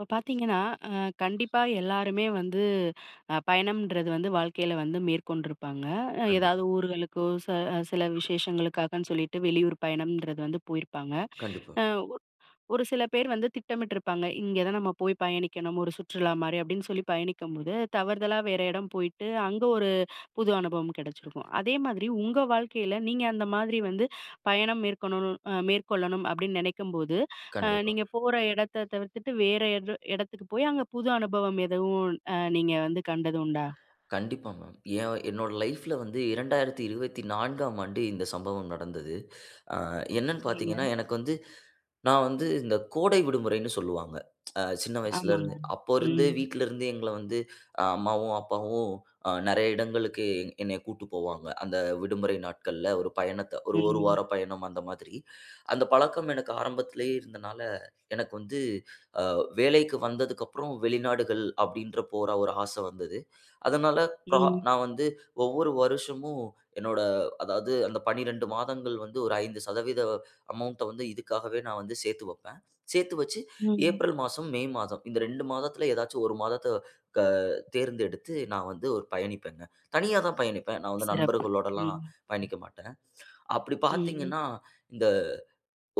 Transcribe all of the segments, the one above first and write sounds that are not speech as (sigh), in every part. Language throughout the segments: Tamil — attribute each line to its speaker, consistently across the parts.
Speaker 1: இப்போ பார்த்தீங்கன்னா, அ கண்டிப்பா எல்லாருமே வந்து பயணம்ன்றது வந்து வாழ்க்கையில வந்து மேற்கொண்டிருப்பாங்க. ஏதாவது
Speaker 2: கண்டிப்பா,
Speaker 1: ஊர்களுக்கோ, ச சில விசேஷங்களுக்காகன்னு சொல்லிட்டு வெளியூர் பயணம்ன்றது வந்து போயிருப்பாங்க.
Speaker 2: கண்டிப்பா,
Speaker 1: அ ஒரு சில பேர் வந்து திட்டமிட்டிருப்பாங்க. இங்கே தான் நம்ம போய் பயணிக்கணும், ஒரு சுற்றுலா மாரி அப்படின்னு சொல்லி பயணிக்கும்போது, தவறுதலா வேற இடம் போயிட்டு, அங்க ஒரு புது அனுபவம் கிடைச்சிருக்கும். அதே மாதிரி உங்க வாழ்க்கையில நீங்க அந்த மாதிரி வந்து பயணம் மேற்கொணணு அ மேற்கொள்ளணும் அப்படின்னு நினைக்கும்போது,
Speaker 2: கண்டிப்பா,
Speaker 1: நீங்க போற இடத்த தவிர்த்துட்டு வேற இடத்துக்கு போய் அங்க புது அனுபவம் எதுவும் நீங்க வந்து கண்டது உண்டா?
Speaker 2: கண்டிப்பா மேம். ஏன் என்னோட லைஃப்ல வந்து 2024ஆம் ஆண்டு இந்த சம்பவம் நடந்தது. அ என்னன்னு
Speaker 1: சரிங்க.
Speaker 2: பார்த்தீங்கன்னா, எனக்கு வந்து நான் வந்து இந்த கோடை விடுமுறைன்னு சொல்லுவாங்க. சின்ன
Speaker 1: ஆமாங்க.
Speaker 2: வயசுலருந்து. அப்போ இருந்து
Speaker 1: ம்.
Speaker 2: வீட்லருந்து எங்கள வந்து அம்மாவும், அப்பாவும் நெறைய இடங்களுக்கு என்னைய கூட்டு போவாங்க. அந்த விடுமுறை நாட்கள்ல ஒரு பயணத்த ஒரு 1
Speaker 1: ம்.
Speaker 2: வார பயணம் அந்த மாதிரி. அந்த பழக்கம் எனக்கு ஆரம்பத்திலேயே இருந்தனால, எனக்கு வந்து வேலைக்கு வந்ததுக்கப்புறம் வெளிநாடுகள் அப்படின்ற போற ஒரு ஆசை வந்தது. அதனால ப்ரா
Speaker 1: ம்.
Speaker 2: நான் வந்து ஒவ்வொரு வருஷமும் என்னோட அதாவது அந்த 12 மாதங்கள் வந்து ஒரு 5% அமௌண்ட்ட வந்து இதுக்காகவே நான் வந்து சேர்த்து வைப்பேன். சேர்த்து வச்சு
Speaker 1: ம்.
Speaker 2: ஏப்ரல் மாசம், மே மாதம் இந்த 2 மாதத்துல ஏதாச்சும் 1 மாதத்த க தேர்ந்தெடுத்து நான் வந்து ஒரு பயணிப்பேங்க. தனியா தான் பயணிப்பேன். நான் வந்து
Speaker 1: சிறப்பு.
Speaker 2: நண்பர்களோடலாம்
Speaker 1: ம்.
Speaker 2: பயணிக்க மாட்டேன். அப்படி
Speaker 1: ம்.
Speaker 2: பார்த்தீங்கன்னா, இந்த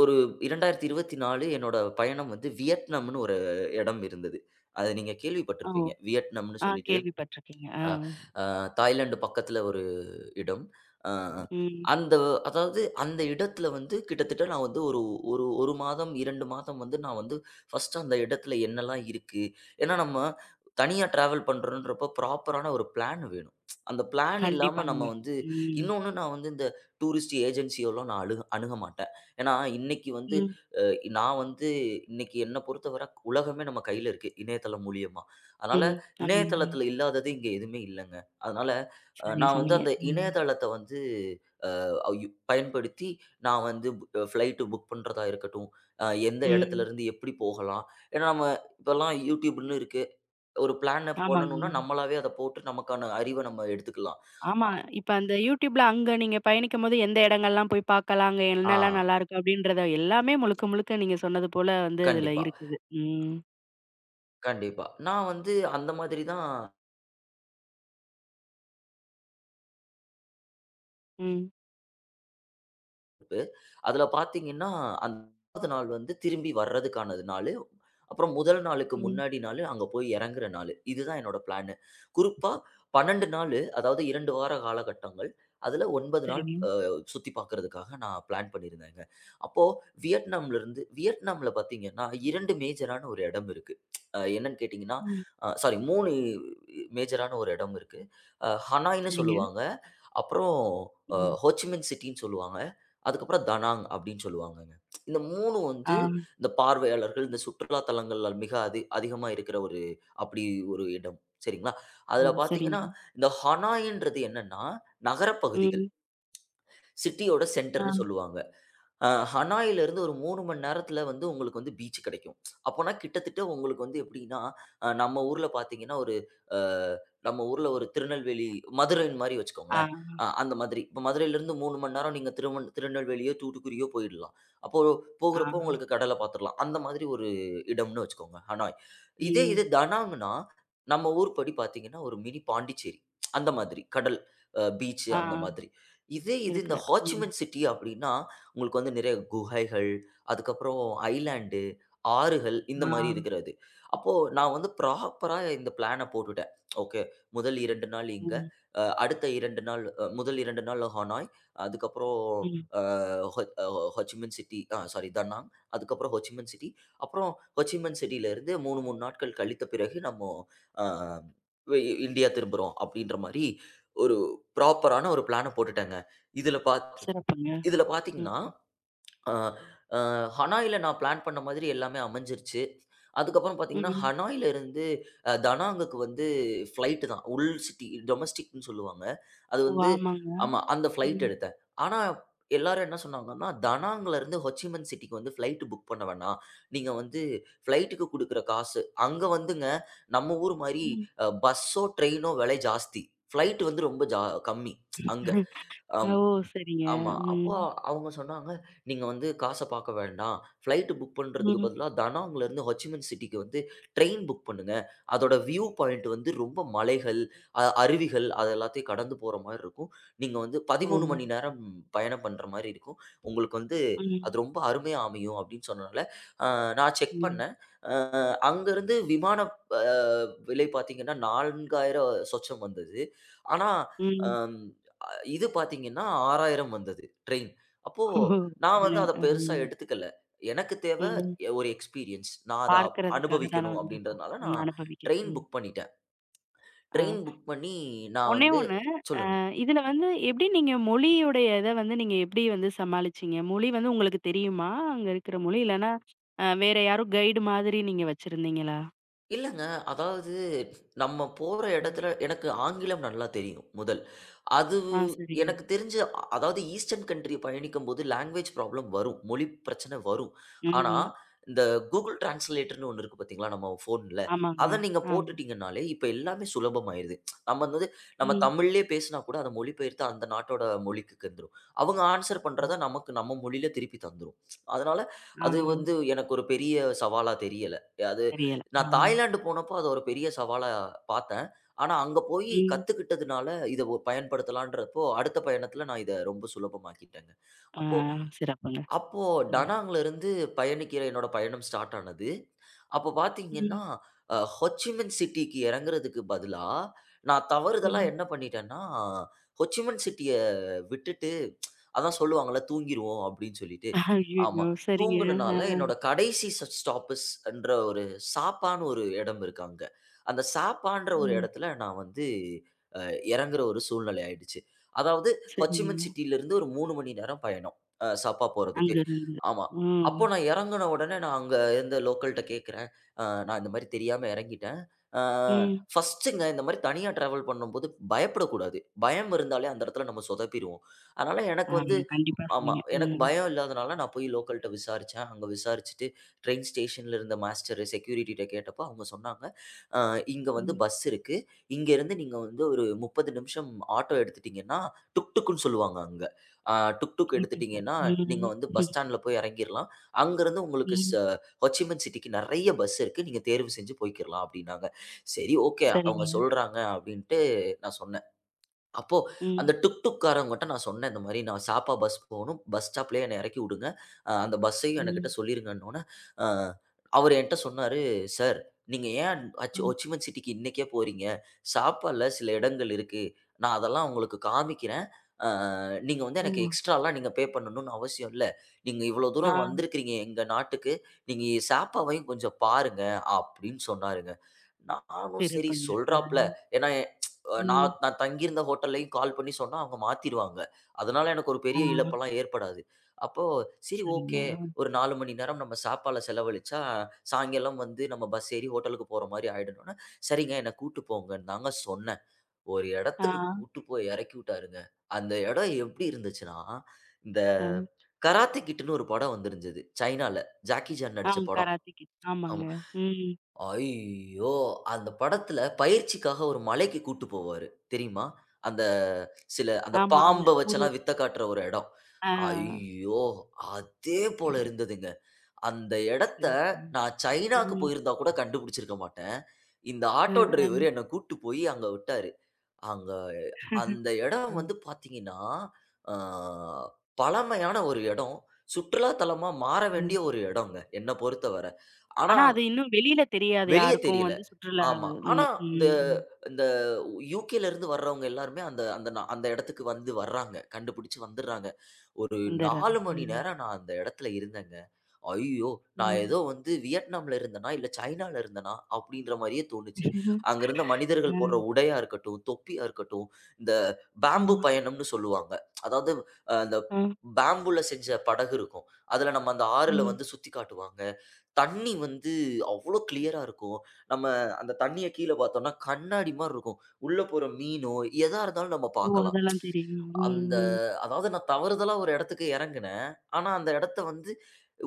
Speaker 2: ஒரு 2024 என்னோட பயணம் வந்து வியட்நாம்னு ஒரு இடம் இருந்தது. அத நீங்க
Speaker 1: ஓ!
Speaker 2: கேள்விப்பட்டிருப்பீங்க. வியட்நாம்னு
Speaker 1: ஆ,
Speaker 2: சொல்லிட்டு,
Speaker 1: கேள்விப்பட்டுருக்கேங்க. ஆ.
Speaker 2: அ அ தாய்லாந்து பக்கத்தில இடம். அ
Speaker 1: ம்.
Speaker 2: அந்த அதாவது அந்த இடத்துல வந்து கிட்டத்தட்ட நான் வந்து ஒரு ஒரு 1 மாதம், 2 மாதம் வந்து நான் வந்து ஃபர்ஸ்ட்டு அந்த இடத்துல என்னலாம் இருக்கு? ஏன்னா நம்ம தனியா டிராவல் பண்றோன்றப்போ ப்ராப்பரான ஒரு பிளான் வேணும். அந்த பிளான் இல்லாம
Speaker 1: கண்டிப்பாங்க.
Speaker 2: நம்ம வந்து
Speaker 1: ம்.
Speaker 2: இன்னொன்னு நான் வந்து இந்த டூரிஸ்ட் ஏஜென்சியெல்லாம் நான் அணுக மாட்டேன். ஏன்னா இன்னைக்கு வந்து
Speaker 1: ம்.
Speaker 2: அ நான் வந்து இன்னைக்கு என்ன பொறுத்தவர உலகமே நம்ம கையில இருக்கு. இணையதளம் மூலியமா. அதனால
Speaker 1: ம். ஆமாங்க.
Speaker 2: இணையதளத்துல இல்லாதது இங்க எதுவுமே இல்லங்க. அதனால
Speaker 1: சரியா
Speaker 2: நான் வந்து
Speaker 1: சொன்னீங்க.
Speaker 2: அந்த
Speaker 1: ம்.
Speaker 2: இணையதளத்த வந்து ஐயு பயன்படுத்தி நான் வந்து ஃப்ளைட்டு புக் பண்றதா இருக்கட்டும், எந்த
Speaker 1: ம்.
Speaker 2: இடத்துலருந்து எப்படி போகலாம். ஏன்னா நம்ம இப்பலாம் YouTubeன்னு இருக்கு. ஒரு பிளான
Speaker 1: ஆமாங்க.
Speaker 2: பண்ணணும்னா நம்மளாவே அத போட்டு நமக்கான அறிவ நம்ம எடுத்துக்கலாம்.
Speaker 1: ஆமா.
Speaker 2: அ
Speaker 1: இப்ப அந்த YouTubeல அங்க நீங்க பயணிக்கும்போது, எந்த இடங்கள்லாம் போய் பார்க்கலாம், அங்க
Speaker 2: ஆ,
Speaker 1: என்னலாம் நல்லாருக்கு அப்படின்றத எல்லாமே முழுக்க, முழுக்க நீங்க சொன்னது போல வந்து இதுல
Speaker 2: கண்டிப்பா,
Speaker 1: இருக்குது. ம்,
Speaker 2: கண்டிப்பா. நான் வந்து அந்த மாதிரி தான்
Speaker 1: ம்,
Speaker 2: இருக்கு. அதுல பார்த்தீங்கன்னா, அந்த நாள் வந்து திரும்பி வர்றதுக்கான நாளு. அப்புறம் முதல் நாளுக்கு
Speaker 1: ம்.
Speaker 2: முன்னாடி நாளு அங்க போய் இறங்குற நாளு. இதுதான் என்னோட பிளானு. குறிப்பா 12 நாளு, அதாவது 2 வார காலகட்டங்கள். அதுல 9 நாள்
Speaker 1: சரிங்க.
Speaker 2: சுத்தி பார்க்கறதுக்காக நான் பிளான் பண்ணியிருந்தேங்க. அப்போ வியட்நாம்லருந்து வியட்நாம்ல பார்த்தீங்கன்னா, 2 மேஜரான ஒரு இடம் இருக்கு. என்னன்னு கேட்டீங்கன்னா,
Speaker 1: ம்.
Speaker 2: சாரி 3 மேஜரான ஒரு இடம் இருக்கு. ஹனாய்ன்னு
Speaker 1: சரிங்க.
Speaker 2: சொல்லுவாங்க. அப்புறம் அ
Speaker 1: ம்.
Speaker 2: ஹோ சி மின் சிட்டின்னு சொல்லுவாங்க. அதுக்கப்புறம் தனாங் அப்படின்னு சொல்லுவாங்கங்க. இந்த 3
Speaker 1: ஆ.
Speaker 2: வந்து இந்த பார்வையாளர்கள், இந்த சுற்றுலா தலங்கள்ல மிக அதிகமா இருக்கிற ஒரு அப்படி ஒரு இடம். சரிங்களா?
Speaker 1: ஓ!
Speaker 2: அதுல
Speaker 1: சரிங்க.
Speaker 2: பார்த்தீங்கன்னா, இந்த ஹனாய்ன்றது என்னன்னா, நகரப் பகுதிகள்.
Speaker 1: ம்.
Speaker 2: சிட்டியோட
Speaker 1: ஆ.
Speaker 2: சென்டர்ன்னு சொல்லுவாங்க. ஹனாயிலருந்து ஒரு 3 மணி நேரத்தில வந்து உங்களுக்கு வந்து பீச் கிடைக்கும். அப்போனா கிட்டத்தட்ட உங்களுக்கு வந்து எப்படின்னா, நம்ம ஊர்ல பார்த்தீங்கன்னா, ஒரு அ நம்ம ஊர்ல ஒரு திருநெல்வேலி, மதுரைன்னு மாரி
Speaker 1: ஆ.
Speaker 2: வச்சுக்கோங்களேன். அந்த மாதிரி. இப்ப மதுரையிலருந்து 3 மணி நேரம் நீங்க திருநெல்வேலியோ, தூத்துக்குடியோ போயிடலாம். அப்போ
Speaker 1: ஆ.
Speaker 2: போகுறப்போ உங்களுக்கு கடல பார்த்துரலாம். அந்த மாதிரி ஒரு இடம்னு வச்சுக்கோங்க, ஹனாய்.
Speaker 1: ம்.
Speaker 2: இது தனாங்னா, நம்ம ஊர் படி பார்த்தீங்கன்னா, ஒரு மினி பாண்டிச்சேரி. அந்த மாதிரி. கடல், பீச்
Speaker 1: ஆ.
Speaker 2: அந்த மாதிரி. இது இந்த
Speaker 1: இருக்கிறார்.
Speaker 2: ஹோ சி
Speaker 1: ம்.
Speaker 2: மின் சிட்டி அப்படின்னா உங்களுக்கு வந்து நிறைய குகைகள், அதுக்கப்புறம் ஐலேண்டு, ஆறுகள் இந்த
Speaker 1: ஆ.
Speaker 2: மாரி இருக்கிறது. அப்போ நான் வந்து ப்ராப்பரா இந்த பிளான போட்டுட்டேன். ஓகே. முதல் 2 நாள் இங்க,
Speaker 1: ம்.
Speaker 2: அடுத்த 2 நாள் முதல் 2 நாள் ஹனாய், அதுக்கப்புறம்
Speaker 1: ம்.
Speaker 2: அ ஹொ அ ஹொச்சிமின் சிட்டி சாரி தன்னாங், அதுக்கப்புறம் ஹொச்சிமின் சிட்டி, அப்புறம் ஹொச்சிமின் சிட்டியிலிருந்து 3, 3 நாட்கள் கழித்த பிறகு நம்ம அ இ இந்தியா திரும்புறோம் அப்படின்ற மாரி ஒரு ப்ராப்பரான ஒரு பிளான போட்டுட்டேங்க. இதுல பாத்
Speaker 1: சிறப்புங்க.
Speaker 2: இதுல
Speaker 1: ம்.
Speaker 2: பார்த்தீங்கன்னா அ அ ஹனாய்ல நான் பிளான் பண்ண மாதிரி எல்லாமே அமைஞ்சிருச்சு. அதுக்கப்புறம் பார்த்தீங்கன்னா,
Speaker 1: ம்.
Speaker 2: ஹனாய்ல இருந்து தனாங்குக்கு வந்து ஃப்ளைட் தான். உள் சிட்டி டொமஸ்டிக்ன்னு சொல்லுவாங்க. அது
Speaker 1: ஓ!
Speaker 2: வந்து
Speaker 1: ஆமாங்க.
Speaker 2: ஆமா. அந்த ஃப்ளைட்
Speaker 1: ம்.
Speaker 2: எடுத்தேன். ஆனா எல்லாரும் என்ன சொன்னாங்கன்னா, தனாங்ல இருந்து ஹொச்சிமன் சிட்டிக்கு வந்து ஃப்ளைட் புக் பண்ண வேணாம். நீங்க வந்து ஃப்ளைட்டுக்கு குடுக்குற காசு அங்க வந்துங்க நம்ம ஊர் மாரி
Speaker 1: ம்.
Speaker 2: பஸ்ஸோ, ட்ரெயினோ விலை ஜாஸ்தி. ஃப்ளைட் வந்து ரொம்ப கம்மி அங்க.
Speaker 1: (laughs) ஓ! சரிங்க.
Speaker 2: ஆமா. அப்போ
Speaker 1: ம்.
Speaker 2: அவங்க சொன்னாங்க, "நீங்க வந்து காச பாக்க வேண்டாம். ஃப்ளைட் புக் பண்றதுக்கு
Speaker 1: ம்.
Speaker 2: பதிலா தனாங்லருந்து ஹொச்சிமன் சிட்டிக்கு வந்து ட்ரெயின் புக் பண்ணுங்க. அதோட வியூ பாயிண்ட் வந்து ரொம்ப மலைகள், அருவிகள் அது எல்லாத்தையும் கடந்து போற மாரி இருக்கும். நீங்க வந்து
Speaker 1: ஓ!
Speaker 2: 13 மணி நேரம் பயணம் பண்ற மாரி இருக்கும். உங்களுக்கு வந்து
Speaker 1: ம்.
Speaker 2: அது ரொம்ப அருமையா அமையும்." அப்படின்னு சொன்னனால, அ நான் செக்
Speaker 1: ம்.
Speaker 2: பண்ணேன். அ அங்கருந்து விமான அ விலை பாத்தீங்கன்னா, 4,000 சொச்சம் வந்தது. ஆனா,
Speaker 1: ம்.
Speaker 2: அம் அ இது பார்த்தீங்கன்னா 6,000 வந்தது ட்ரெயின். அப்போ
Speaker 1: ஓஹோ!
Speaker 2: நான் வந்து
Speaker 1: அதுல
Speaker 2: அத பெருசா
Speaker 1: ம்,
Speaker 2: எடுத்துக்கல. எனக்கு தேவ
Speaker 1: ம்.
Speaker 2: எ ஒரு எக்ஸ்பீரியன்ஸ். நான் அத
Speaker 1: பார்க்கிறதுக்காக தானே
Speaker 2: அனுபவிக்கணும்
Speaker 1: வந்திருக்கோம்.
Speaker 2: அப்டின்றதுனால
Speaker 1: ம்.
Speaker 2: நான்
Speaker 1: அனுபவிக்க.
Speaker 2: ட்ரெயின்
Speaker 1: ம்.
Speaker 2: புக் பண்ணிட்டேன். ட்ரெயின்
Speaker 1: ஆ.
Speaker 2: புக் பண்ணி நான்
Speaker 1: ஒண்ணே
Speaker 2: வந்து
Speaker 1: ஒண்ணு.
Speaker 2: சொல்லுங்க.
Speaker 1: இதுல வந்து எப்படி நீங்க மொழியுடைய இத வந்து நீங்க எப்படி வந்து சமாளிச்சீங்க? மொழி வந்து உங்களுக்கு தெரியுமா? அங்க இருக்கிற மொழி? இல்லன்னா, வேற யாரோ கைடு மாதிரி நீங்க வச்சிருந்தீங்களா?
Speaker 2: இல்லங்க. அதாவது நம்ம போற
Speaker 1: ம்.
Speaker 2: இடத்துல எனக்கு ஆங்கிலம் நல்லா தெரியும் முதல். அது
Speaker 1: ஆ, சரிங்க.
Speaker 2: எனக்கு தெரிஞ்சு அதாவது ஈஸ்டர்ன் கன்ட்ரி பயணிக்கும்போது லாங்குவேஜ் ப்ராப்ளம் வரும். மொழி பிரச்சனை வரும்.
Speaker 1: ம்,
Speaker 2: ஆனா,
Speaker 1: ம்.
Speaker 2: இந்த Google டிரான்ஸ்லேட்டர்ன்னு ஒண்ணு இருக்கு பார்த்தீங்களா? நம்ம ஃபோன்ல.
Speaker 1: ஆமாங்க.
Speaker 2: அத நீங்க
Speaker 1: ஆமா.
Speaker 2: போட்டுட்டீங்கன்னாலே, இப்ப எல்லாமே சுலபமாயிருது. நம்ம வந்து நம்ம
Speaker 1: ம்.
Speaker 2: தமிழ்லயே பேசினா கூட அத மொழிபெயர்த்து அந்த நாட்டோட மொழிக்கு வந்துரும். அவங்க ஆன்சர்
Speaker 1: ம்.
Speaker 2: பண்றத நமக்கு நம்ம மொழியில திருப்பி தந்துரும். அதனால
Speaker 1: ஆ.
Speaker 2: அது வந்து எனக்கு ஒரு பெரிய சவாலா தெரியல. அது
Speaker 1: தெரியல. ஆ.
Speaker 2: நான் தாய்லாந்து போனப்போ அத ஒரு பெரிய சவாலா பார்த்தேன். ஆனா, அங்க போயி
Speaker 1: ம்.
Speaker 2: கத்துக்கிட்டதுனால, இத பயன்படுத்தலான்றப்போ, அடுத்த பயணத்துல நான் இத ரொம்ப சுலபமாக்கிட்டேங்க.
Speaker 1: ஆ.
Speaker 2: அப்போ
Speaker 1: சிறப்புங்க.
Speaker 2: அப்போ
Speaker 1: ம்.
Speaker 2: டனாங்லருந்து பயணிக்கிற என்னோட பயணம் ஸ்டார்ட் ஆனது. அப்போ பார்த்தீங்கன்னா,
Speaker 1: ம்.
Speaker 2: ஹொச்சிமன் சிட்டிக்கு இறங்குறதுக்கு பதிலா, நான் தவறுதலா
Speaker 1: ம்.
Speaker 2: என்ன பண்ணிட்டேன்னா, ஹொச்சிமன் சிட்டிய விட்டுட்டு அதான் சொல்லுவாங்கல்ல, தூங்கிருவோம் அப்படின்னு சொல்லிட்டு, ஆமா.
Speaker 1: ஐய்யய்யோ! சரிங்க.
Speaker 2: தூங்குனனால
Speaker 1: ஆ.
Speaker 2: என்னோட கடைசி ஸ்டாப்ஸ் என்ற ஒரு சாப்பான்னு ஒரு இடம் இருக்கு அங்க. அந்த சாப்பான்ற ஒரு
Speaker 1: ம்.
Speaker 2: இடத்துல நான் வந்து அ இறங்குற ஒரு சூழ்நிலை ஆயிடுச்சு. அதாவது ஹொச்சிமன்
Speaker 1: சரிங்க.
Speaker 2: சிட்டிலருந்து ஒரு 3 மணி நேரம் பயணம். சாப்பா போறதுக்கு.
Speaker 1: அங்கருந்து.
Speaker 2: ஆமா.
Speaker 1: ம்.
Speaker 2: அப்போ நான் இறங்குன உடனே நான் அங்க இருந்த லோக்கல்ட்ட கேட்கிறேன். நான் இந்த மாரி தெரியாம இறங்கிட்டேன். அ
Speaker 1: ம்.
Speaker 2: ஃபர்ஸ்ட்டுங்க இந்த மாரி தனியா டிராவல் பண்ணும்போது பயப்படக்கூடாது. பயம் இருந்தாலே அந்த இடத்துல நம்ம சொதப்பிருவோம். அதனால
Speaker 1: ஆ,
Speaker 2: எனக்கு வந்து
Speaker 1: கண்டிப்பா
Speaker 2: ஆமா.
Speaker 1: சொன்னீங்க.
Speaker 2: எனக்கு
Speaker 1: ம்.
Speaker 2: பயம் இல்லாதனால நான் போய் லோக்கல்ட்ட விசாரிச்சேன். அங்க விசாரிச்சுட்டு ட்ரெயின் ஸ்டேஷன்ல இருந்த மாஸ்டரு செக்யூரிட்டிட்ட கேட்டப்போ அவங்க சொன்னாங்க, "அ இங்க வந்து
Speaker 1: ம்.
Speaker 2: பஸ் இருக்கு. இங்கேருந்து நீங்க வந்து ஒரு 30 நிமிஷம் ஆட்டோ எடுத்துட்டீங்கன்னா, டுக் டுக்குன்னு சொல்லுவாங்க அங்க. அ டுக் டுக்
Speaker 1: சிறப்பு சார்.
Speaker 2: எடுத்துட்டீங்கன்னா,
Speaker 1: ம்.
Speaker 2: நீங்க வந்து பஸ்
Speaker 1: ம்.
Speaker 2: ஸ்டாண்ட்ல போய் இறங்கிரலாம். அங்கருந்து உங்களுக்கு
Speaker 1: ம்.
Speaker 2: ஹோ சி மின் சிட்டிக்கு நெறைய பஸ் இருக்கு. நீங்க தேர்வு செஞ்சு போய்க்கிரலாம்" அப்டின்னாங்க. சரி ஓகே அவங்க
Speaker 1: சரிங்க.
Speaker 2: சொல்றாங்க அப்டின்ட்டு நான் சொன்னேன். அப்போ
Speaker 1: ம்.
Speaker 2: அந்த டுக் டுக் காரவங்கட்ட நான் சொன்னேன், இந்த மாரி நான் சாப்பா பஸ் போணும். பஸ் ஸ்டாப்லயே என்ன எறக்கி உடுங்க. அந்த பஸ்ஸையும் எனக்கிட்ட
Speaker 1: ம்.
Speaker 2: சொல்லிருங்கன்னோன, அ அவரு என்ட்ட சொன்னாரு, "சார், நீங்க ஏன்
Speaker 1: அ.
Speaker 2: ஹொச்சிமன் சிட்டிக்கு இன்னைக்கே போறீங்க? சாப்பால சில இடங்கள் இருக்கு. நான் அதெல்லாம் உங்களுக்கு காமிக்கிறேன். அ நீங்க வந்து
Speaker 1: ஓ!
Speaker 2: எனக்கு எக்ஸ்ட்ராலாம் நீங்க பே பண்ணணும்னு அவசியம் இல்ல. நீங்க இவ்வளோ
Speaker 1: ஆ,
Speaker 2: தூரம் வந்திருக்கிறீங்க எங்க நாட்டுக்கு. நீங்க சாப்பாவையும் கொஞ்சம் பாருங்க" அப்படின்னு சொன்னாருங்க. நானும் சரி
Speaker 1: சிறப்புங்க. ஆ.
Speaker 2: சொல்றாப்ல. ஏன்னா
Speaker 1: ம்.
Speaker 2: நான் நான் தங்கியிருந்த ஹோட்டல்லயும் கால் பண்ணி சொன்னா அவங்க மாத்திருவாங்க. அதனால எனக்கு ஒரு
Speaker 1: ஆ.
Speaker 2: பெரிய இழப்பெல்லாம் ஏற்படாது. அப்போ சரி
Speaker 1: சரிங்க.
Speaker 2: ஓகே. ஒரு 4 மணி நேரம் நம்ம சாப்பாட்ல செலவழிச்சா, சாயங்காலம் வந்து நம்ம பஸ் ஏறி ஹோட்டலுக்கு போற மாரி ஆயிடும்னோனே, சரிங்க என்ன கூட்டு போங்கன்னு தாங்க சொன்னேன். ஒரு
Speaker 1: ஆ.
Speaker 2: இடத்துக்கு கூட்டு போய் இறக்கி விட்டாருங்க. அந்த இடம் எப்படி இருந்துச்சுன்னா, இந்த
Speaker 1: ஆ.
Speaker 2: கராத்தே கிட்டுன்னு ஒரு படம் வந்திருந்தது. சைனால. ஜாக்கி சான்
Speaker 1: ஆ,
Speaker 2: நடிச்ச படம்.
Speaker 1: Karate kid. ஆமாங்க.
Speaker 2: ஆமா.
Speaker 1: ம்.
Speaker 2: ஐயோ! அந்த படத்துல பயிற்சிக்காக ஒரு மலைக்கு கூட்டு போவாரு. தெரியுமா? அந்த சில அந்த
Speaker 1: ஆமா. அந்த
Speaker 2: பாம்ப
Speaker 1: ஒரு
Speaker 2: வச்செல்லாம் வித்த காட்டுற ஒரு எடம்.
Speaker 1: ஆ,
Speaker 2: ஐயோ! அதே போல இருந்ததுங்க. அந்த எடத்த
Speaker 1: சிறப்புங்க.
Speaker 2: நான் சைனாக்கு
Speaker 1: ம்.
Speaker 2: போயிருந்தா கூட கண்டுபிடிச்சிருக்க மாட்டேன். இந்த
Speaker 1: அ,
Speaker 2: ஆட்டோ
Speaker 1: அ.
Speaker 2: டிரைவர் என்ன கூட்டு போய் அங்க விட்டாரு. அங்க அந்த எடம்
Speaker 1: ம்.
Speaker 2: வந்து பாத்தீங்கன்னா, அ பழமையான ஒரு எடம். சுற்றுலா தலமா மாற
Speaker 1: ம்.
Speaker 2: வேண்டிய ஒரு எடங்க, என்ன பொறுத்தவர. ஆனா
Speaker 1: ஆனா அது இன்னும் வெளியில தெரியாது
Speaker 2: வெளிய
Speaker 1: யாருக்கும்
Speaker 2: தெரியல.
Speaker 1: வந்து சுற்றுலா
Speaker 2: ஆமா.
Speaker 1: ம்.
Speaker 2: ஆனா இந்த
Speaker 1: ம். ம்.
Speaker 2: இந்த யுகேல இருந்து வர்றவங்க எல்லாருமே அந்த அந்த நா அந்த இடத்துக்கு வந்து வர்றாங்க. கண்டுபிடிச்சு வந்துர்றாங்க. ஒரு
Speaker 1: வந்துர்றாங்க.
Speaker 2: 4 மணி
Speaker 1: ம்.
Speaker 2: நேரம் நான் அந்த இடத்துல இருந்தேங்க. ஐயோ! நான் ஏதோ வந்து வியட்நாம்ல இருந்தேனா, இல்ல சைனால இருந்தேனா அப்படின்ற மாரியே தோணுச்சு.
Speaker 1: ம்.
Speaker 2: அங்க இருந்த
Speaker 1: ஆ,
Speaker 2: மனிதர்கள் போடுற உடையா இருக்கட்டும், தொப்பியா இருக்கட்டும், இந்த
Speaker 1: ஆ,
Speaker 2: பேம்பு பயணம்னு சொல்லுவாங்க. அதாவது அந்த
Speaker 1: ஆ,
Speaker 2: பேம்புல செஞ்ச படகு இருக்கும். அதுல நம்ம அந்த ஆறுல
Speaker 1: ம்.
Speaker 2: வந்து சுத்தி காட்டுவாங்க. தண்ணி வந்து அவ்ளோ கிளியரா இருக்கும். நம்ம அந்த தண்ணிய கீழ பார்த்தோம்னா, கண்ணாடி மாரி இருக்கும். உள்ள போற மீனோ, எதா இருந்தாலும் நம்ம
Speaker 1: ஓ!
Speaker 2: பார்க்கலாம்.
Speaker 1: அதெல்லாம் தெரியும். ம்,
Speaker 2: அந்த
Speaker 1: ம்.
Speaker 2: அதாவது நான் தவறுதலா ஒரு இடத்துக்கு இறங்குனேன். ஆனா, அந்த இடத்த வந்து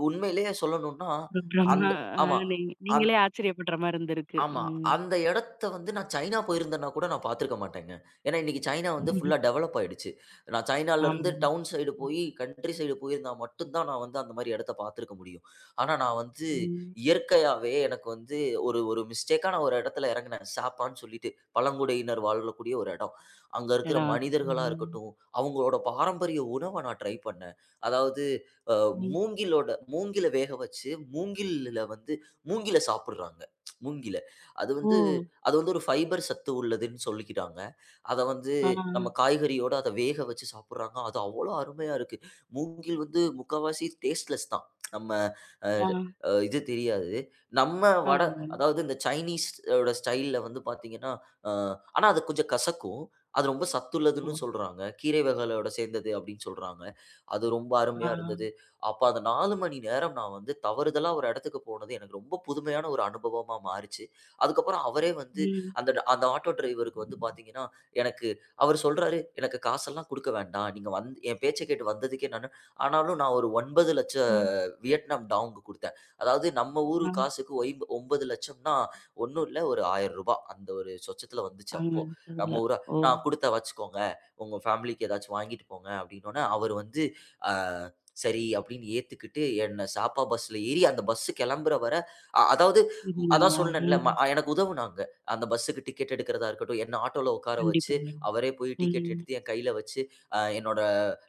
Speaker 2: உண்மையிலேயே சொல்லணும்னா,
Speaker 1: ஒரு பிரம்ம
Speaker 2: அந்த
Speaker 1: அ
Speaker 2: ஆமா.
Speaker 1: நீங்க நீங்களே ஆச்சரியப்படுற மாரி இருந்திருக்கு.
Speaker 2: ஆமா.
Speaker 1: ம்.
Speaker 2: அந்த இடத்த வந்து நான் சைனா போயிருந்தேன்னா கூட நான் பார்த்திருக்க மாட்டேங்க. ஏன்னா இன்னைக்கு சைனா வந்து ஃபுல்லா
Speaker 1: (laughs)
Speaker 2: டெவலப் ஆயிடுச்சு. நான் சைனாலருந்து
Speaker 1: ஆமாங்க.
Speaker 2: டவுன் சைடு போயி, கன்ட்ரி சைடு போயிருந்தா மட்டும் தான் நான் வந்து அந்த மாரி இடத்த பார்த்திருக்க முடியும். ஆனா நான் வந்து
Speaker 1: ம்.
Speaker 2: இயற்கையாவே எனக்கு வந்து ஒரு ஒரு மிஸ்டேக்கா நான் ஒரு இடத்துல இறங்குனேன். சாப்பான்னு சொல்லிட்டு. பழங்குடியினர் வாழக்கூடிய ஒரு இடம். அங்க இருக்கிற
Speaker 1: இடம் அது.
Speaker 2: மனிதர்களா
Speaker 1: ம்.
Speaker 2: இருக்கட்டும், அவங்களோட பாரம்பரிய உணவ நான் ட்ரை பண்ணேன். அதாவது அ
Speaker 1: ம்.
Speaker 2: மூங்கிலோட மூங்கில வேக வச்சு, மூங்கில்ல வந்து மூங்கில சாப்பிடுறாங்க. மூங்கில். அது
Speaker 1: ஓ!
Speaker 2: வந்து அது வந்து ஒரு ஃபைபர் சத்து உள்ளதுன்னு சொல்லிக்கிறாங்க. அத வந்து
Speaker 1: ஆ,
Speaker 2: நம்ம காய்கறியோட அத வேக வச்சு சாப்பிடுறாங்க. அது அவ்வளோ அருமையா இருக்கு. மூங்கில் வந்து முக்காவாசி டேஸ்ட்லெஸ் தான். நம்ம அ
Speaker 1: ஆ,
Speaker 2: அ இது தெரியாது. நம்ம வட
Speaker 1: ஆமாங்க.
Speaker 2: அதாவது இந்த சைனீஸ் ஓட ஸ்டைல்ல வந்து பார்த்தீங்கன்னா, அ ஆனா அது கொஞ்சம் கசக்கும். அது ரொம்ப
Speaker 1: ஓ!
Speaker 2: சத்துள்ளதுன்னு சொல்றாங்க. கீரை வகைகளோட சேர்ந்தது அப்படின்னு சொல்றாங்க. அது ரொம்ப
Speaker 1: ஆ,
Speaker 2: அருமையா இருந்தது. அப்ப அந்த 4 மணி நேரம் நான் வந்து தவறுதலா ஒரு இடத்துக்கு போனது எனக்கு ரொம்ப புதுமையான ஒரு அனுபவமா மாறிச்சு. அதுக்கப்புறம் அவரே வந்து
Speaker 1: ம்,
Speaker 2: அந்த அந்த ஆட்டோ டிரைவருக்கு வந்து பார்த்தீங்கன்னா, எனக்கு அவரு சொல்றாரு, "எனக்கு காசெல்லாம் குடுக்க வேண்டாம். நீங்க வந்து என் பேச்ச கேட்டு வந்ததுக்கே நானு ஆனாலும் நான் ஒரு ரூ. 9,00,000
Speaker 1: ம்.
Speaker 2: வியட்நாம் டாவுக்கு குடுத்தேன். அதாவது நம்ம ஊரு
Speaker 1: ஆ.
Speaker 2: காசுக்கு ஒய்ம்பு 9,00,000ன்னா ஒண்ணும் இல்ல ஒரு ரூ. 1,000 அந்த ஒரு சொச்சத்துல வந்துச்சு
Speaker 1: அங்க
Speaker 2: அப்போ.
Speaker 1: இருக்கிறதுல.
Speaker 2: நம்ம ஊரா
Speaker 1: ஓ!
Speaker 2: "நான் குடுத்தேன் வச்சுக்கோங்க. உங்க ஃபேமிலிக்கு ஏதாச்சும் வாங்கிட்டு போங்க" அப்படின்னோனே, அவரு வந்து அ சரி அப்படின்னு ஏத்துக்கிட்டு என்ன சாப்பா பஸ்ல ஏறி அந்த பஸ் கிளம்புற வர அதாவது ம், அதான்
Speaker 1: இருந்தீங்களா?
Speaker 2: சொன்னேன்ல
Speaker 1: ம்.
Speaker 2: எனக்கு உதவுனாங்க. அந்த பஸ்ஸுக்கு டிக்கெட் எடுக்கிறதா இருக்கட்டும், என்ன ஆட்டோல உட்கார வச்சு,
Speaker 1: கண்டிப்பாங்க.
Speaker 2: அவரே போய் டிக்கெட்
Speaker 1: ம்.
Speaker 2: எடுத்து என் கையில வச்சு, என்னோட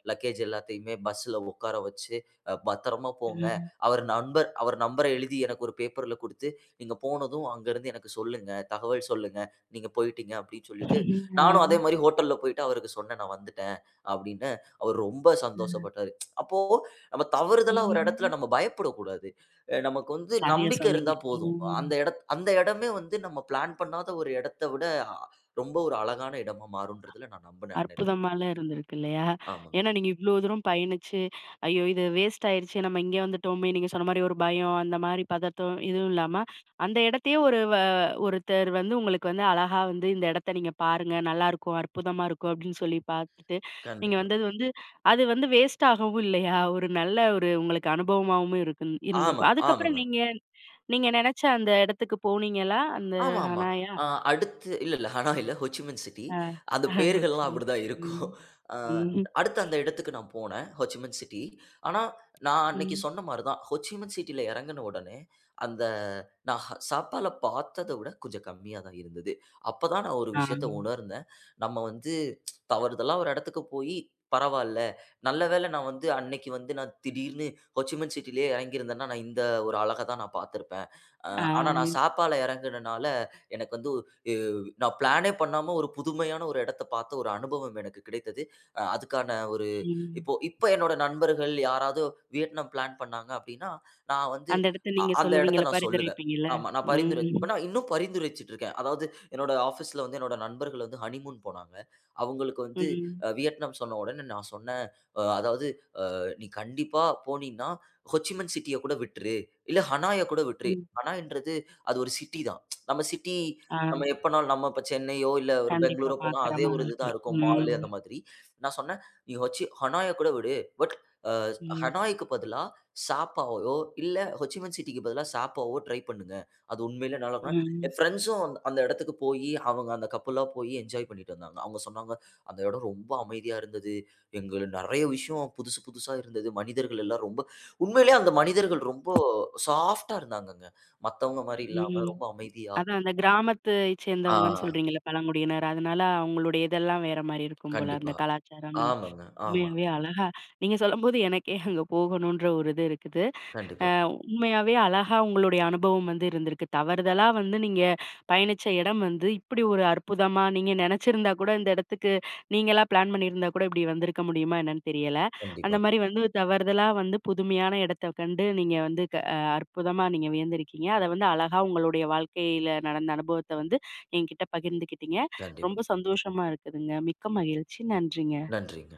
Speaker 2: லக்கேஜ் எல்லாத்தையுமே பஸ்ல உட்கார வச்சு பத்திரமா
Speaker 1: ஆ.
Speaker 2: போங்க. அவர் நம்பர எழுதி எனக்கு ஒரு பேப்பர்ல குடுத்து, நீங்க போனதும் அங்கருந்து எனக்கு சொல்லுங்க. தகவல் சொல்லுங்க. நீங்க போயிட்டீங்க அப்படின்னு சொல்லிட்டு,
Speaker 1: (laughs) ஆ.
Speaker 2: நானும் அதே மாரி ஹோட்டல்ல போயிட்டு அவருக்கு சொன்னேன். நான் வந்துட்டேன் அப்படின்னு. அவர் ரொம்ப
Speaker 1: ஆ,
Speaker 2: சந்தோஷப்பட்டாரு. அப்போ நம்ம தவறுதலா ஒரு இடத்துல
Speaker 1: ம்.
Speaker 2: நம்ம பயப்படக்கூடாது. நமக்கு வந்து
Speaker 1: சரியா
Speaker 2: நம்பிக்கை
Speaker 1: சொன்னீங்க.
Speaker 2: இருந்தா போதும்.
Speaker 1: ம்.
Speaker 2: அந்த இடமே வந்து நம்ம பிளான் பண்ணாத ஒரு இடத்த விட அ ரொம்ப ஒரு அழகான இடமா மாறும்ன்றதுல நான் நம்பினேன் அன்னையிலருந்து.
Speaker 1: அற்புதமால இருந்திருக்கு இல்லையா?
Speaker 2: ஆமாங்க.
Speaker 1: ஏன்னா நீங்க இவ்ளோ தூரம் பயணிச்சு, ஐயோ! இது வேஸ்ட் ஆயிருச்சே நம்ம இங்கே வந்துட்டோமே! நீங்க சொன்ன மாரி ஒரு பயம், அந்த மாரி பதட்டம் எதுவும் இல்லாம, அந்த இடத்தையே ஒரு வ ஒருத்தர் வந்து உங்களுக்கு வந்து அழகா வந்து இந்த இடத்த நீங்க பாருங்க, நல்லாருக்கும், அற்புதமா இருக்கும் அப்படின்னு சொல்லி பார்த்துட்டு, நீங்க
Speaker 2: கண்டிப்பா.
Speaker 1: வந்தது வந்து அது வந்து வேஸ்ட் ஆகவும் இல்லையா? ஒரு நல்ல ஒரு உங்களுக்கு அனுபவமாவும் இருக்குன்
Speaker 2: ஆமா,
Speaker 1: இருந்திருக்கும். அதுக்கப்புறம்
Speaker 2: ஆமாங்க.
Speaker 1: நீங்க நீங்க நெனச்ச அந்த இடத்துக்கு போனீங்களா? அந்த
Speaker 2: ஆமாமா.
Speaker 1: ஹனாயா?
Speaker 2: அ அடுத்து இல்ல, இல்ல இல்ல. ஹோ சி மின் சிட்டி.
Speaker 1: ஆ. (laughs)
Speaker 2: அந்த
Speaker 1: ஆ, ஒரு
Speaker 2: பேர்கள்லாம்
Speaker 1: சின்ன-
Speaker 2: அப்படிதான்
Speaker 1: ம்.
Speaker 2: இருக்கும். அ
Speaker 1: ம்.
Speaker 2: அடுத்து அந்த இடத்துக்கு நான் போனேன். ஹோ சி மின் சிட்டி. ஆனா, நான் அன்னைக்கு
Speaker 1: ம்.
Speaker 2: சொன்ன மாரி தான். ஹோ சி மின் சிட்டில இறங்குன உடனே, அந்த நான் சாப்பால பார்த்தத விட கொஞ்சம் கம்மியா தான் இருந்தது. அப்பதான் நான் ஒரு
Speaker 1: ஆ,
Speaker 2: விஷயத்த உணர்ந்தேன். நம்ம வந்து தவறுதலா ஒரு இடத்துக்கு போயி, பரவால்ல. நல்ல வேளை நான் வந்து அன்னைக்கு வந்து நான் திடீர்னு ஹோ சி மின் சிட்டிலயே இறங்கியிருந்தேன்னா, நான் இந்த ஒரு அழக தான் நான் பார்த்திருப்பேன். அ
Speaker 1: ஆ
Speaker 2: ஆனா நான்
Speaker 1: மிஸ்
Speaker 2: சாப்பால இறங்குனனால எனக்கு வந்து எ நான் பிளானே பண்ணாம ஒரு புதுமையான ஒரு இடத்த பார்த்த ஒரு அனுபவம் எனக்கு கிடைத்தது. அதுக்கான ஒரு
Speaker 1: ம்.
Speaker 2: இப்ப என்னோட நண்பர்கள் யாராவது வியட்நாம் பிளான் பண்ணாங்க அப்படின்னா, நான் வந்து
Speaker 1: அந்த இடத்த நீங்க
Speaker 2: அந்த இடத்த
Speaker 1: சொல்லுவீங்கல்ல,
Speaker 2: நான் சொல்லுவேன்.
Speaker 1: பரிந்துரைப்பீங்கல்ல?
Speaker 2: ஆமா. நான் பரிந்துரை
Speaker 1: ம்,
Speaker 2: இப்ப நான் இன்னும் பரிந்துரைச்சுட்டு இருக்கேன். அதாவது என்னோட ஆஃபீஸ்ல வந்து என்னோட நண்பர்கள் வந்து ஹனிமூன் போனாங்க. அவங்களுக்கு வந்து
Speaker 1: ம்,
Speaker 2: வியட்நாம் சொன்ன உடனே நான் சொன்னேன். அதாவது நீ கண்டிப்பா போனீன்னா, ஹொச்சிமன் சிட்டிய கூட விட்டுரு. இல்ல ஹனாய கூட விட்டுரு.
Speaker 1: ம்.
Speaker 2: ஹனாய்ன்றது அது ஒரு சிட்டி தான். நம்ம சிட்டி
Speaker 1: ஆ,
Speaker 2: நம்ம எப்பனாலும் நம்ம இப்ப சென்னையோ, இல்ல ஒரு
Speaker 1: கண்டிப்பா
Speaker 2: பெங்களூரோ போனா
Speaker 1: பார்க்குற
Speaker 2: அதே ஒரு
Speaker 1: மாரி
Speaker 2: இதுதான்
Speaker 1: இருக்கும்.
Speaker 2: இருக்கும். மாலு
Speaker 1: ம்,
Speaker 2: அந்த மாதிரி. நான் சொன்னேன், "நீ ஹனாய கூட விடு. பட்
Speaker 1: ம்,
Speaker 2: ஹனாய்க்கு பதிலா சாப்பாவோ, இல்ல ஹோச்சிமின் சிட்டிக்கு பதிலா சாப்பாவோ ட்ரை பண்ணுங்க. அது உண்மையிலே நல்லாருக்கும்.
Speaker 1: ம்,
Speaker 2: என் ஃப்ரெண்ட்ஸும் அந்த இடத்துக்கு போயி, அவங்க அந்த கப்புலா போயி என்ஜாய் பண்ணிட்டு வந்தாங்க. அவங்க சொன்னாங்க, "அந்த இடம் ரொம்ப அமைதியா இருந்தது. எங்கள நெறைய விஷயம் புதுசு புதுசா இருந்தது. மனிதர்கள் எல்லாம் ரொம்ப" உண்மையிலே அந்த மனிதர்கள் ரொம்ப சாஃப்ட்டா இருந்தாங்கங்க. மத்தவங்க மாரி இல்லாம
Speaker 1: ம்.
Speaker 2: ரொம்ப அமைதியா.
Speaker 1: அதான் அந்த கிராமத்தை சேர்ந்தவங்கன்னு
Speaker 2: ஆ.
Speaker 1: சொல்றீங்கல்ல, பழங்குடியினர். அதனால அவங்களுடைய இதெல்லாம் வேற மாரி இருக்கும் போல, அந்த
Speaker 2: கண்டிப்பா.
Speaker 1: கலாச்சாரம் எல்லாம்.
Speaker 2: ஆமாங்க. ஆமா.
Speaker 1: உண்மையாவே அழகா நீங்க சொல்லும்போது எனக்கே அங்க போகணுன்ற ஒரு இது இருக்குது.
Speaker 2: கண்டிப்பா,
Speaker 1: உண்மையாவே அழகா உங்களுடைய அனுபவம் வந்து இருந்திருக்கு. தவறுதலா வந்து நீங்க பயணிச்ச இடம் வந்து இப்படி ஒரு அற்புதமா நீங்க நெனச்சிருந்தா கூட இந்த இடத்துக்கு நீங்களா பிளான் பண்ணியிருந்தா கூட இப்படி வந்திருக்க முடியுமா என்னன்னு தெரியல. அந்த
Speaker 2: கண்டிப்பா,
Speaker 1: மாரி வந்து தவறுதலா வந்து புதுமையான இடத்த கண்டு நீங்க வந்து க அ அற்புதமா நீங்க வியந்திருக்கீங்க. அத வந்து அழகா உங்களுடைய வாழ்க்கையில நடந்த அனுபவத்த வந்து என்கிட்ட பகிர்ந்துக்கிட்டீங்க.
Speaker 2: கண்டிப்பா.
Speaker 1: ரொம்ப சந்தோஷமா இருக்குதுங்க. மிக்க மகிழ்ச்சி. நன்றிங்க.
Speaker 2: நன்றிங்க.